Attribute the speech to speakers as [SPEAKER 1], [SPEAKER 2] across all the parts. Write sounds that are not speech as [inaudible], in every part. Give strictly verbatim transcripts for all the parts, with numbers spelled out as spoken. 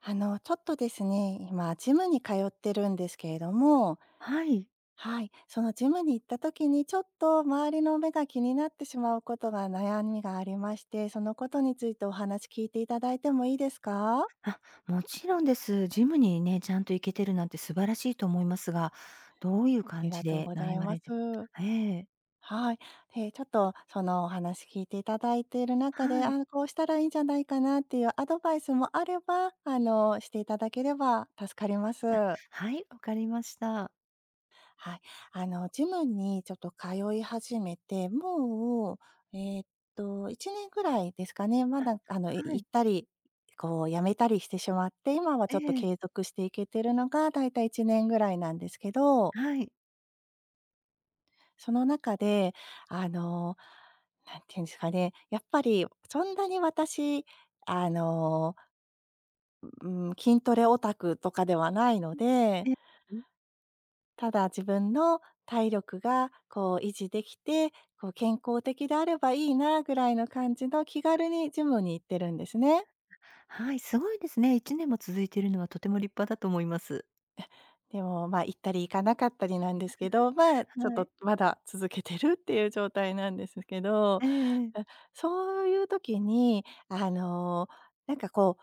[SPEAKER 1] あの、ちょっとですね、今ジムに通ってるんですけれども、
[SPEAKER 2] はい。
[SPEAKER 1] はい、そのジムに行った時にちょっと周りの目が気になってしまうことが悩みがありまして、そのことについてお話聞いていただいてもいいですか？
[SPEAKER 2] あ、もちろんです。ジムにね、ちゃんと行けてるなんて素晴らしいと思いますが、どういう
[SPEAKER 1] あり
[SPEAKER 2] 感
[SPEAKER 1] が
[SPEAKER 2] じ
[SPEAKER 1] とう
[SPEAKER 2] で
[SPEAKER 1] ござ
[SPEAKER 2] 悩
[SPEAKER 1] い
[SPEAKER 2] ま
[SPEAKER 1] ま
[SPEAKER 2] れて
[SPEAKER 1] す。
[SPEAKER 2] ええ。
[SPEAKER 1] はい。で、ちょっとそのお話聞いていただいている中で、
[SPEAKER 2] はい。
[SPEAKER 1] あ、こうしたらいいんじゃないかなっていうアドバイスもあれば、あの、していただければ助かります。
[SPEAKER 2] はい、わかりました。
[SPEAKER 1] はい。あの、ジムにちょっと通い始めて、もう、えーっと、いちねんぐらいですかね。まだ、あの、い行
[SPEAKER 2] はい。
[SPEAKER 1] ったり、こう、辞めたりしてしまって、今は
[SPEAKER 2] え
[SPEAKER 1] ちょっと
[SPEAKER 2] え、
[SPEAKER 1] 継続していけてるのが、だいたいいちねんぐらいなんですけど、
[SPEAKER 2] はい。
[SPEAKER 1] その中で、あの、なんていうんですかね、やっぱりそんなに私、あの、うん、筋トレオタクとかではないので、
[SPEAKER 2] ええ、ん。
[SPEAKER 1] ただ自分の体力がこう維持できて、こう健康的であればいいなぐらいの感じの気軽にジムに行ってるんですね。
[SPEAKER 2] はい、すごいですね。いちねんも続いているのはとても立派だと思います。
[SPEAKER 1] でも、まあ、行ったり行かなかったりなんですけど、まあ、ちょっ
[SPEAKER 2] は
[SPEAKER 1] と
[SPEAKER 2] い。
[SPEAKER 1] まだ続けてるっていう状態なんですけど、
[SPEAKER 2] え
[SPEAKER 1] あ、
[SPEAKER 2] え。
[SPEAKER 1] そういう時に、あの、なんかこう、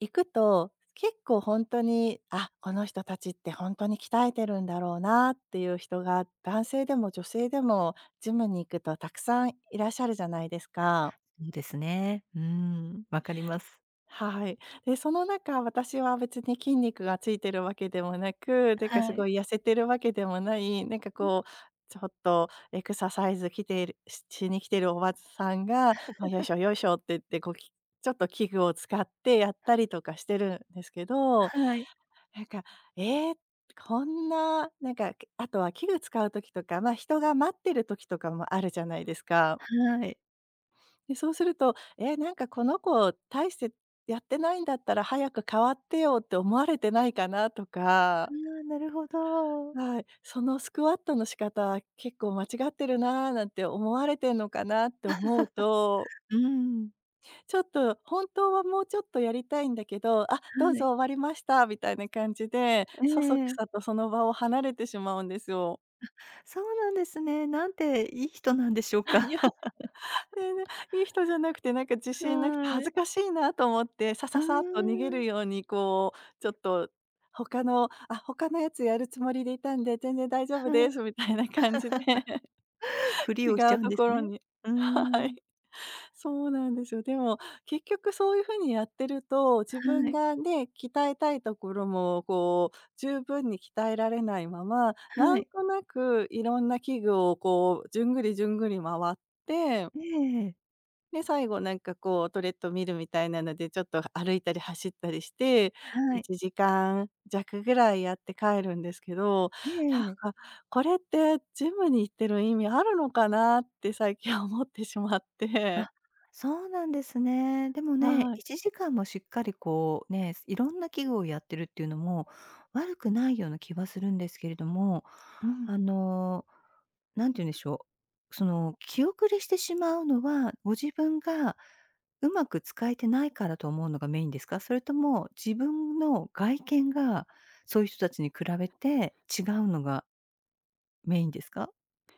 [SPEAKER 1] 行くと、結構本当に、あ、この人たちって本当に鍛えてるんだろうなっていう人が、男性でも女性でもジムに行くとたくさんいらっしゃるじゃないですか。
[SPEAKER 2] そうですね。うん、わかります。
[SPEAKER 1] はい。で、その中、私は別に筋肉がついてるわけでもなく、なんかす
[SPEAKER 2] は
[SPEAKER 1] ご
[SPEAKER 2] い。
[SPEAKER 1] い痩せてるわけでもない、なんか
[SPEAKER 2] うん、
[SPEAKER 1] こう、ちょっとエクササイズ来ているししに来てるおばさんが、あ、よいしょよいしょって言って、こう、きちょっと器具を使ってやったりとかしてるんですけど、
[SPEAKER 2] はい、
[SPEAKER 1] なんか、えーこんな、なんか、あとは器具使う時とか、ま、人が待ってる時とかもあるじゃないですか。
[SPEAKER 2] はい。
[SPEAKER 1] で、そうすると、え、なんかこの子大してやってないんだったら早く変わってよって思われてないかなとか、
[SPEAKER 2] ああ、なるほど。う
[SPEAKER 1] はい、そのスクワットの仕方結構間違ってるなーなんて思われてんのかなって思うと、
[SPEAKER 2] ん、
[SPEAKER 1] ちょっと本当はもうちょっとやりたいんだけど、あ、どう
[SPEAKER 2] は
[SPEAKER 1] ぞ
[SPEAKER 2] い。
[SPEAKER 1] 終わりましたみたいな感じで、
[SPEAKER 2] え
[SPEAKER 1] そそくさ
[SPEAKER 2] え。
[SPEAKER 1] とその場を離れてしまうんですよ。
[SPEAKER 2] そうなんですね。なんていい人なんでしょう
[SPEAKER 1] [laughs] い
[SPEAKER 2] か。
[SPEAKER 1] や全然 [laughs] いい人じゃなくて、なんか自
[SPEAKER 2] [laughs]
[SPEAKER 1] 信なくて
[SPEAKER 2] は
[SPEAKER 1] 恥ず
[SPEAKER 2] い。
[SPEAKER 1] かしいなと思って、さ
[SPEAKER 2] [laughs] うー
[SPEAKER 1] ささっと逃げる
[SPEAKER 2] ん。
[SPEAKER 1] ようにこう、ちょっと他の、あ、他のやつやるつもりでいたんで、全然大丈夫
[SPEAKER 2] は
[SPEAKER 1] で
[SPEAKER 2] い。
[SPEAKER 1] すみたいな感じで、[laughs]
[SPEAKER 2] [laughs] ふり
[SPEAKER 1] 違
[SPEAKER 2] をしちゃ
[SPEAKER 1] う
[SPEAKER 2] うん
[SPEAKER 1] と
[SPEAKER 2] です
[SPEAKER 1] ころ
[SPEAKER 2] ね。
[SPEAKER 1] に、
[SPEAKER 2] うー
[SPEAKER 1] はい。
[SPEAKER 2] ん。
[SPEAKER 1] そうなんですよ。でも結局そういう風にやってると、自
[SPEAKER 2] は
[SPEAKER 1] 分
[SPEAKER 2] い、
[SPEAKER 1] がね、鍛えたいところもこう十分に鍛えられないまま、な
[SPEAKER 2] は
[SPEAKER 1] ん
[SPEAKER 2] い。
[SPEAKER 1] となくいろんな器具をこう、じゅんぐりじゅんぐり回って、
[SPEAKER 2] ええ。
[SPEAKER 1] で、最後なんかこう、トレッド見るみたいなので、ちょっと歩いたり走ったりして、
[SPEAKER 2] はい。
[SPEAKER 1] いちじかん弱ぐらいやって帰るんですけど、
[SPEAKER 2] え
[SPEAKER 1] な
[SPEAKER 2] え。
[SPEAKER 1] んか、これってジムに行ってる意味あるのかなって最近思ってしまって。
[SPEAKER 2] あ、そうなんですね。でもね、
[SPEAKER 1] はい。
[SPEAKER 2] いちじかんもしっかりこうね、いろんな器具をやってるっていうのも悪くないような気はするんですけれども、
[SPEAKER 1] う
[SPEAKER 2] あ
[SPEAKER 1] ん。
[SPEAKER 2] の、なんて言うんでしょう、その気遅れしてしまうのは、ご自分がうまく使えてないからと思うのがメインですか？それとも自分の外見がそういう人たちに比べて違うのがメインですか？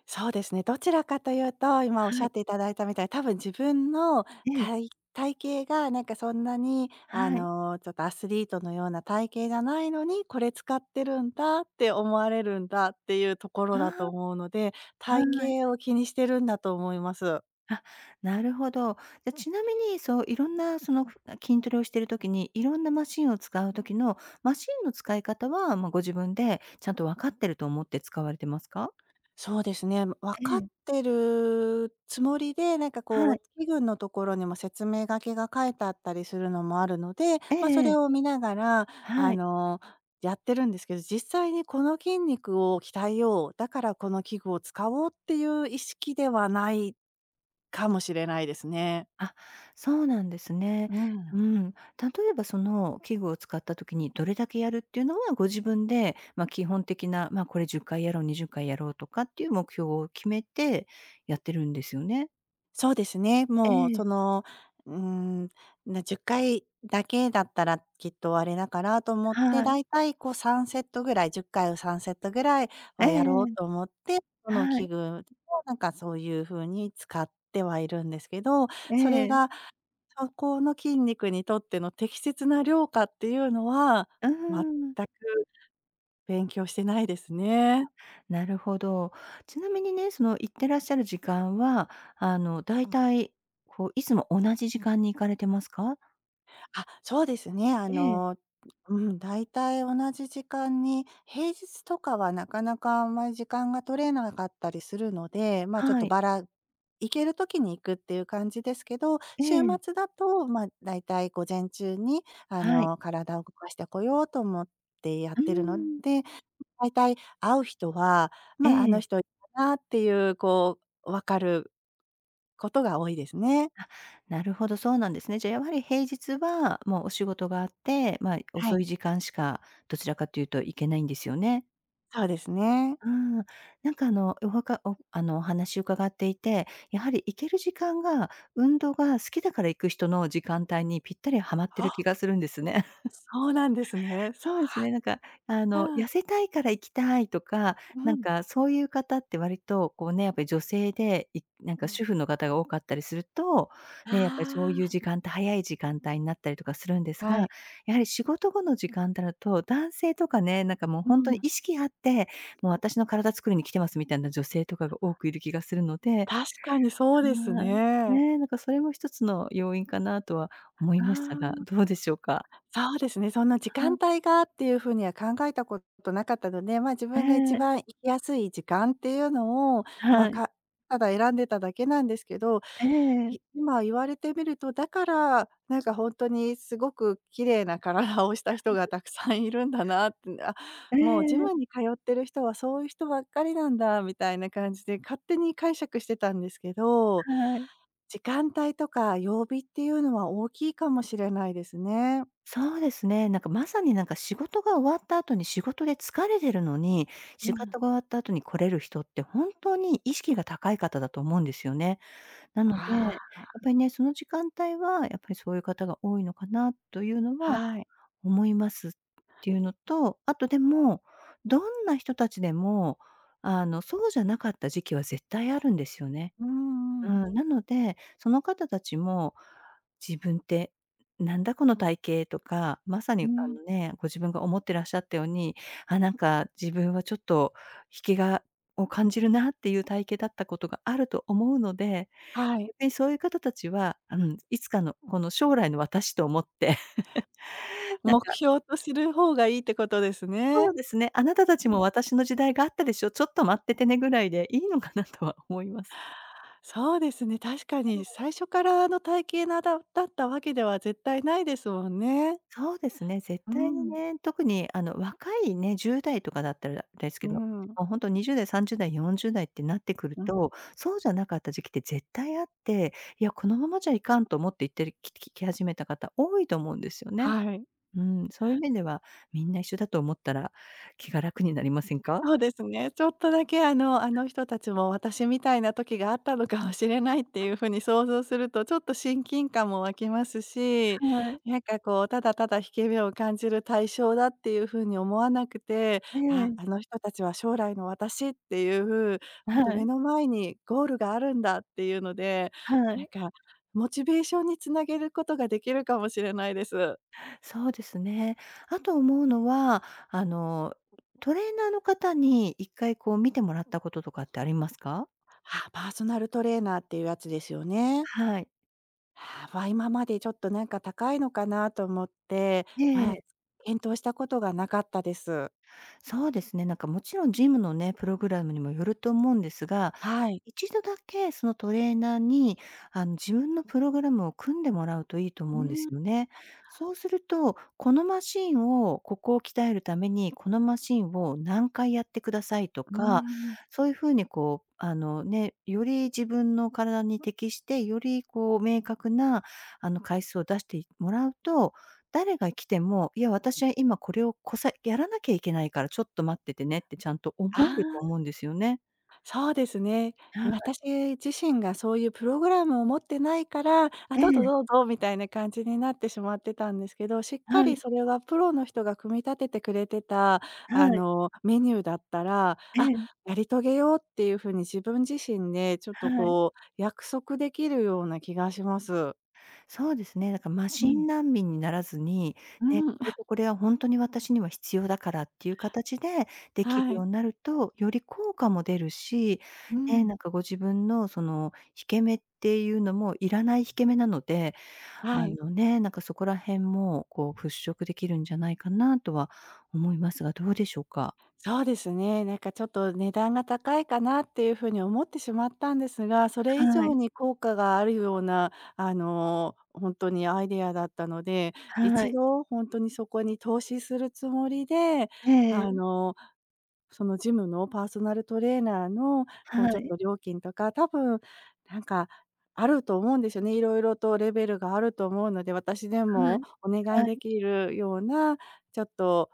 [SPEAKER 1] そうですね、どちらかというと、今おっし
[SPEAKER 2] は
[SPEAKER 1] ゃっ
[SPEAKER 2] い。
[SPEAKER 1] ていただいたみたいに、多分自分の
[SPEAKER 2] ええ、
[SPEAKER 1] かい体型がなんかそんなに、あ
[SPEAKER 2] はい。
[SPEAKER 1] の、ちょっとアスリートのような体型じゃないのに、これ使ってるんだって思われるんだっていうところ
[SPEAKER 2] あ
[SPEAKER 1] だと
[SPEAKER 2] あ、
[SPEAKER 1] 思うので、体
[SPEAKER 2] はい。
[SPEAKER 1] 型を気にしてるんだと思います。
[SPEAKER 2] あ、なるほど。じゃ、ちなみに、そう、いろんなその、ふ筋トレをしている時に、いろんなマシンを使う時の、マシンの使い方は、ま、ご自分でちゃんと分かってると思って使われてますか？
[SPEAKER 1] そうですね。分
[SPEAKER 2] え
[SPEAKER 1] かっ
[SPEAKER 2] え。
[SPEAKER 1] てるつもりで、なんかこ
[SPEAKER 2] は
[SPEAKER 1] う、
[SPEAKER 2] い。
[SPEAKER 1] 器具のところにも説明書きが書いてあったりするのもあるので、
[SPEAKER 2] え
[SPEAKER 1] ま、そ
[SPEAKER 2] ええ
[SPEAKER 1] れを
[SPEAKER 2] え。
[SPEAKER 1] 見ながら、あ
[SPEAKER 2] はい。
[SPEAKER 1] の、やってるんですけど、実際にこの筋肉を鍛えよう、だからこの器具を使おうっていう意識ではないかもしれないですね。
[SPEAKER 2] あ、そうなんですね。
[SPEAKER 1] うん。
[SPEAKER 2] うん。例えばその器具を使った時にどれだけやるっていうのは、ご自分で、ま、基本的な、ま、これじゅっかいやろう、にじゅっかいやろうとかっていう目標を決めてやってるんですよね？
[SPEAKER 1] そうですね。
[SPEAKER 2] え
[SPEAKER 1] もう
[SPEAKER 2] え。
[SPEAKER 1] その、うーん、なじゅっかいだけだったらきっとあれだからと思って、
[SPEAKER 2] は
[SPEAKER 1] だ
[SPEAKER 2] い。
[SPEAKER 1] いたいこうさんセットぐらい、じゅっかいをさんセットぐらい
[SPEAKER 2] ええ
[SPEAKER 1] はやろう
[SPEAKER 2] ええ。
[SPEAKER 1] と思って、その
[SPEAKER 2] は
[SPEAKER 1] 器
[SPEAKER 2] い。
[SPEAKER 1] 具をなんかそういう風に使ってはいるんですけど、
[SPEAKER 2] え
[SPEAKER 1] それ
[SPEAKER 2] え。
[SPEAKER 1] がそこの筋肉にとっての適切な量かっていうのは、
[SPEAKER 2] うー
[SPEAKER 1] 全
[SPEAKER 2] ん。
[SPEAKER 1] く勉強してないですね。
[SPEAKER 2] なるほど。ちなみにね、その行ってらっしゃる時間は、あの、だいたいこう、いつも同じ時間に行かれてますか？
[SPEAKER 1] あ、そうですね。あ
[SPEAKER 2] ええ。
[SPEAKER 1] の、うん、大体同じ時間に、平日とかはなかなかあんまり時間が取れなかったりするので、まあ、ちょっ
[SPEAKER 2] は
[SPEAKER 1] と
[SPEAKER 2] い。
[SPEAKER 1] ばら行ける時に行くっていう感じですけど、
[SPEAKER 2] え
[SPEAKER 1] 週
[SPEAKER 2] え。
[SPEAKER 1] 末だと、まあ、大体午前中に、あ
[SPEAKER 2] はい。
[SPEAKER 1] の、体を動かしてこようと思ってやっ
[SPEAKER 2] うー
[SPEAKER 1] てるの
[SPEAKER 2] ん。
[SPEAKER 1] で、大体会う人は、
[SPEAKER 2] え
[SPEAKER 1] まあ、あの人
[SPEAKER 2] え。
[SPEAKER 1] いいなっていう、こう、分かることが多いですね。
[SPEAKER 2] あ、なるほど、そうなんですね。じゃあ、やはり平日はもうお仕事があって、まあ、
[SPEAKER 1] は
[SPEAKER 2] 遅
[SPEAKER 1] い、
[SPEAKER 2] い時間しかどちらかというと行けないんですよね？
[SPEAKER 1] そうですね。
[SPEAKER 2] うん。なんかあの、おはかおあの、お話伺っていて、やはり行ける時間が運動が好きだから行く人の時間帯にぴったりはまってる気がするんですね。
[SPEAKER 1] そうなんですね。そ
[SPEAKER 2] そうですね、なんか、あ
[SPEAKER 1] う、
[SPEAKER 2] の、痩
[SPEAKER 1] は
[SPEAKER 2] せたいから行きたいとか、
[SPEAKER 1] うん、
[SPEAKER 2] な
[SPEAKER 1] う
[SPEAKER 2] ん
[SPEAKER 1] ん。
[SPEAKER 2] かそういう方って割と、こうね、やっぱり女性で、いなん
[SPEAKER 1] う
[SPEAKER 2] か
[SPEAKER 1] ん。
[SPEAKER 2] 主婦の方が多かったりすると、ね、やっぱりそういう
[SPEAKER 1] あ
[SPEAKER 2] 時間帯、早い時間帯になったりとかするんで
[SPEAKER 1] あ、
[SPEAKER 2] すが、
[SPEAKER 1] はい。
[SPEAKER 2] やはり仕事後の時間帯だと、男性とかね、なんかもう
[SPEAKER 1] う
[SPEAKER 2] 本当に
[SPEAKER 1] ん、
[SPEAKER 2] 意識あって、もう私の体作りに来てますみたいな女性とかが多くいる気がするので、
[SPEAKER 1] 確かにそうです
[SPEAKER 2] はい。
[SPEAKER 1] ね。
[SPEAKER 2] ね、なんかそれも一つの要因かなとは思い
[SPEAKER 1] あ
[SPEAKER 2] ましたが、
[SPEAKER 1] あ。
[SPEAKER 2] どうでしょうか？
[SPEAKER 1] そうですね、そんな時
[SPEAKER 2] は
[SPEAKER 1] 間
[SPEAKER 2] い。
[SPEAKER 1] 帯がっていうふうには考えたことなかったので、まあ、自
[SPEAKER 2] え
[SPEAKER 1] 分が一
[SPEAKER 2] え、
[SPEAKER 1] 番行きやすい時間っていうのを、まあ、
[SPEAKER 2] はい。
[SPEAKER 1] かただ選んでただけなんですけど、
[SPEAKER 2] え
[SPEAKER 1] い
[SPEAKER 2] え、
[SPEAKER 1] 今言われてみると、だから、なんか本当にすごく綺麗な体をした人がたくさんいるんだなって、あ、
[SPEAKER 2] え
[SPEAKER 1] もうジ
[SPEAKER 2] え、
[SPEAKER 1] ムに通ってる人はそういう人ばっかりなんだみたいな感じで勝手に解釈してたんですけど、
[SPEAKER 2] はい。
[SPEAKER 1] 時間帯とか曜日っていうのは大きいかもしれないですね。
[SPEAKER 2] そうですね、なんかまさになんか仕事が終わった後に仕事で疲れてるのに、
[SPEAKER 1] う
[SPEAKER 2] 仕
[SPEAKER 1] ん。
[SPEAKER 2] 事が終わった後に来れる人って本当に意識が高い方だと思うんですよね。なので、や
[SPEAKER 1] あ
[SPEAKER 2] っぱりね、その時間帯はやっぱりそういう方が多いのかなというの
[SPEAKER 1] あ、
[SPEAKER 2] は
[SPEAKER 1] はい。
[SPEAKER 2] 思いますっていうのと、あとでも、どんな人たちでも、あの、そうじゃなかった時期は絶対あるんですよね。
[SPEAKER 1] う
[SPEAKER 2] う
[SPEAKER 1] んうん。
[SPEAKER 2] ん、なので、その方たちも、自分ってなんだこの体型とか、まさ
[SPEAKER 1] う
[SPEAKER 2] にあ
[SPEAKER 1] ん、
[SPEAKER 2] のね、ご自分が思ってらっしゃったように、あ、なんか自分はちょっと引きがを感じるなっていう体型だったことがあると思うので、
[SPEAKER 1] はい。
[SPEAKER 2] 逆にそういう方たちは、うん、いつかのこの将来の私と思って、[laughs] なん
[SPEAKER 1] 目
[SPEAKER 2] か
[SPEAKER 1] 標とする方がいいってことです
[SPEAKER 2] そ
[SPEAKER 1] ね。
[SPEAKER 2] うですね、あなたたち
[SPEAKER 1] うん。
[SPEAKER 2] も私の時代があったでしょ、ちょっと待っててねぐらいでいいのかなとは思います。
[SPEAKER 1] そうですね、確かに最初からあの体型なだだったわけでは絶対ないですもんね。
[SPEAKER 2] そうですね、絶
[SPEAKER 1] う
[SPEAKER 2] 対に
[SPEAKER 1] ん。
[SPEAKER 2] ね、特にあの若いね、じゅう代とかだったらですけ
[SPEAKER 1] う
[SPEAKER 2] ど、
[SPEAKER 1] ん。
[SPEAKER 2] もうほんにじゅう代、さんじゅう代、よんじゅう代ってなってくる
[SPEAKER 1] うん。
[SPEAKER 2] と、そうじゃなかった時期って絶対あって、いや、このままじゃいかんと思って言ってるききき始めた方多いと思うんですよね。
[SPEAKER 1] はい。
[SPEAKER 2] うん、そういう面ではみんな一緒だと思ったら気が楽になりませんか？
[SPEAKER 1] そうで
[SPEAKER 2] [laughs]
[SPEAKER 1] すね。ちょっとだけ、あのあの人たちも私みたいな時があったのかもしれないっていうふうに想像すると、ちょっと親近感も湧きますし、
[SPEAKER 2] はい。
[SPEAKER 1] なんかこう、ただただ引け目を感じる対象だっていうふうに思わなくて、
[SPEAKER 2] え
[SPEAKER 1] あ、
[SPEAKER 2] え。
[SPEAKER 1] あの人たちは将来の私っていう、ほ
[SPEAKER 2] は
[SPEAKER 1] ん目
[SPEAKER 2] い。
[SPEAKER 1] の前にゴールがあるんだっていうので、
[SPEAKER 2] は
[SPEAKER 1] なん
[SPEAKER 2] い。
[SPEAKER 1] かモチベーションにつなげることができるかもしれないです。
[SPEAKER 2] そうですね。あと思うのは、あの、トレーナーの方にいっかいこう見てもらったこととかってありますか？
[SPEAKER 1] あ、パーソナルトレーナーっていうやつですよね。
[SPEAKER 2] はい。
[SPEAKER 1] はあ、まあ、今までちょっとなんか高いのかなと思って、
[SPEAKER 2] え
[SPEAKER 1] まあ、
[SPEAKER 2] え、
[SPEAKER 1] 検討したことがなかったです。
[SPEAKER 2] そうですね。なんかもちろんジムのね、プログラムにもよると思うんですが、
[SPEAKER 1] はい。
[SPEAKER 2] 一度だけそのトレーナーに、あの、自分のプログラムを組んでもらうといいと
[SPEAKER 1] う
[SPEAKER 2] 思うんで
[SPEAKER 1] ん、
[SPEAKER 2] す
[SPEAKER 1] う
[SPEAKER 2] よね。そうすると、このマシンをここを鍛えるために、このマシンを何回やってくださいとか、
[SPEAKER 1] ん。
[SPEAKER 2] そういうふうにこう、あの、ね、より自分の体に適して、よりこう明確な、あの、回数を出してもらうと誰が来ても、いや、私は今これをこさやらなきゃいけないからちょっと待っててねってちゃんと思
[SPEAKER 1] あ
[SPEAKER 2] えると思
[SPEAKER 1] あ、
[SPEAKER 2] うんですよね。
[SPEAKER 1] そうですね。
[SPEAKER 2] はい、
[SPEAKER 1] 私自身がそういうプログラムを持ってないから、あ、
[SPEAKER 2] え
[SPEAKER 1] どうぞ
[SPEAKER 2] え、
[SPEAKER 1] どうぞみたいな感じになってしまってたんですけど、しっか
[SPEAKER 2] は
[SPEAKER 1] り
[SPEAKER 2] い、
[SPEAKER 1] それはプロの人が組み立ててくれてた、あ
[SPEAKER 2] はい、
[SPEAKER 1] の、メニューだったら、
[SPEAKER 2] え
[SPEAKER 1] あ、
[SPEAKER 2] え、
[SPEAKER 1] やり遂げようっていう風に自分自身でちょっと
[SPEAKER 2] はい。
[SPEAKER 1] こう、約束できるような気がします。
[SPEAKER 2] そうですね、だからマ
[SPEAKER 1] う
[SPEAKER 2] シ
[SPEAKER 1] ん、
[SPEAKER 2] ン難民にならずに、
[SPEAKER 1] う
[SPEAKER 2] ね、
[SPEAKER 1] ん、
[SPEAKER 2] これと
[SPEAKER 1] [laughs]
[SPEAKER 2] これはほんとに私には必要だからっていう形ででき
[SPEAKER 1] は
[SPEAKER 2] るよ
[SPEAKER 1] い、
[SPEAKER 2] うになると、より効果も出るし、
[SPEAKER 1] う
[SPEAKER 2] ね、
[SPEAKER 1] ん、
[SPEAKER 2] なんかご自分のその引け目っていうのもいらない引け目なので、
[SPEAKER 1] は
[SPEAKER 2] あ
[SPEAKER 1] い。
[SPEAKER 2] のね、なんかそこら辺も、こう払拭できるんじゃないかなとは思いますが、どうでしょうか？
[SPEAKER 1] そうですね、なんかちょっと値段が高いかなっていう風に思ってしまったんですが、それ以
[SPEAKER 2] は
[SPEAKER 1] 上
[SPEAKER 2] い、
[SPEAKER 1] に効果があるような、あの、本当にアイデアだったので、
[SPEAKER 2] は
[SPEAKER 1] 一
[SPEAKER 2] い、
[SPEAKER 1] 度本当にそこに投資するつもりで、
[SPEAKER 2] え
[SPEAKER 1] あ
[SPEAKER 2] え、
[SPEAKER 1] のそのジムのパーソナルトレーナーの、
[SPEAKER 2] は
[SPEAKER 1] こうちょっ
[SPEAKER 2] い、
[SPEAKER 1] と料金とか、多分なんかあると思うんですよね。いろいろとレベルがあると思うので、私で
[SPEAKER 2] はい、
[SPEAKER 1] もお願い
[SPEAKER 2] はい、
[SPEAKER 1] できるような、ちょっと、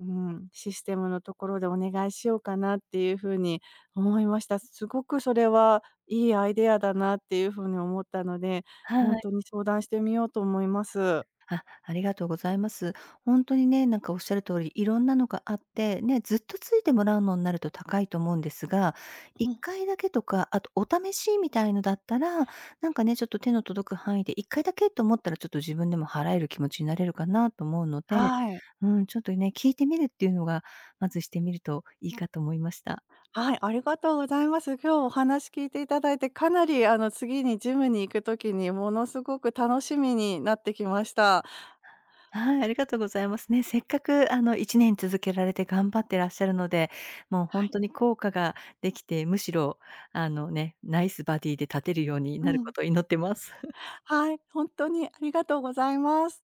[SPEAKER 1] うん、システムのところでお願いしようかなっていうふうに思いました。すごくそれはいいアイデアだなっていうふうに思ったので、本
[SPEAKER 2] は
[SPEAKER 1] 当
[SPEAKER 2] い。
[SPEAKER 1] に相談してみようと思います。
[SPEAKER 2] あ、ありがとうございます。本当にね、なんかおっしゃる通り、いろんなのがあって、ね、ずっとついてもらうのになると高いと思うんですが、
[SPEAKER 1] う
[SPEAKER 2] 1
[SPEAKER 1] ん、
[SPEAKER 2] 回だけとか、あとお試しみたいのだったら、なんかね、ちょっと手の届く範囲でいっかいだけと思ったら、ちょっと自分でも払える気持ちになれるかなと思うので、
[SPEAKER 1] はい。
[SPEAKER 2] うん、ちょっとね、聞いてみるっていうのが、まずしてみるといいかと思いました。
[SPEAKER 1] はい、ありがとうございます。今日お話聞いていただいて、かなりあの次にジムに行くときにものすごく楽しみになってきました。
[SPEAKER 2] はい、ありがとうございますね。せっかくあのいちねん続けられて頑張ってらっしゃるので、もう本当に効果ができて、むしろあのね、ナイスバディで立てるように
[SPEAKER 1] う
[SPEAKER 2] なるこ
[SPEAKER 1] ん。
[SPEAKER 2] とを祈ってます。
[SPEAKER 1] はい、本当にありがとうございます。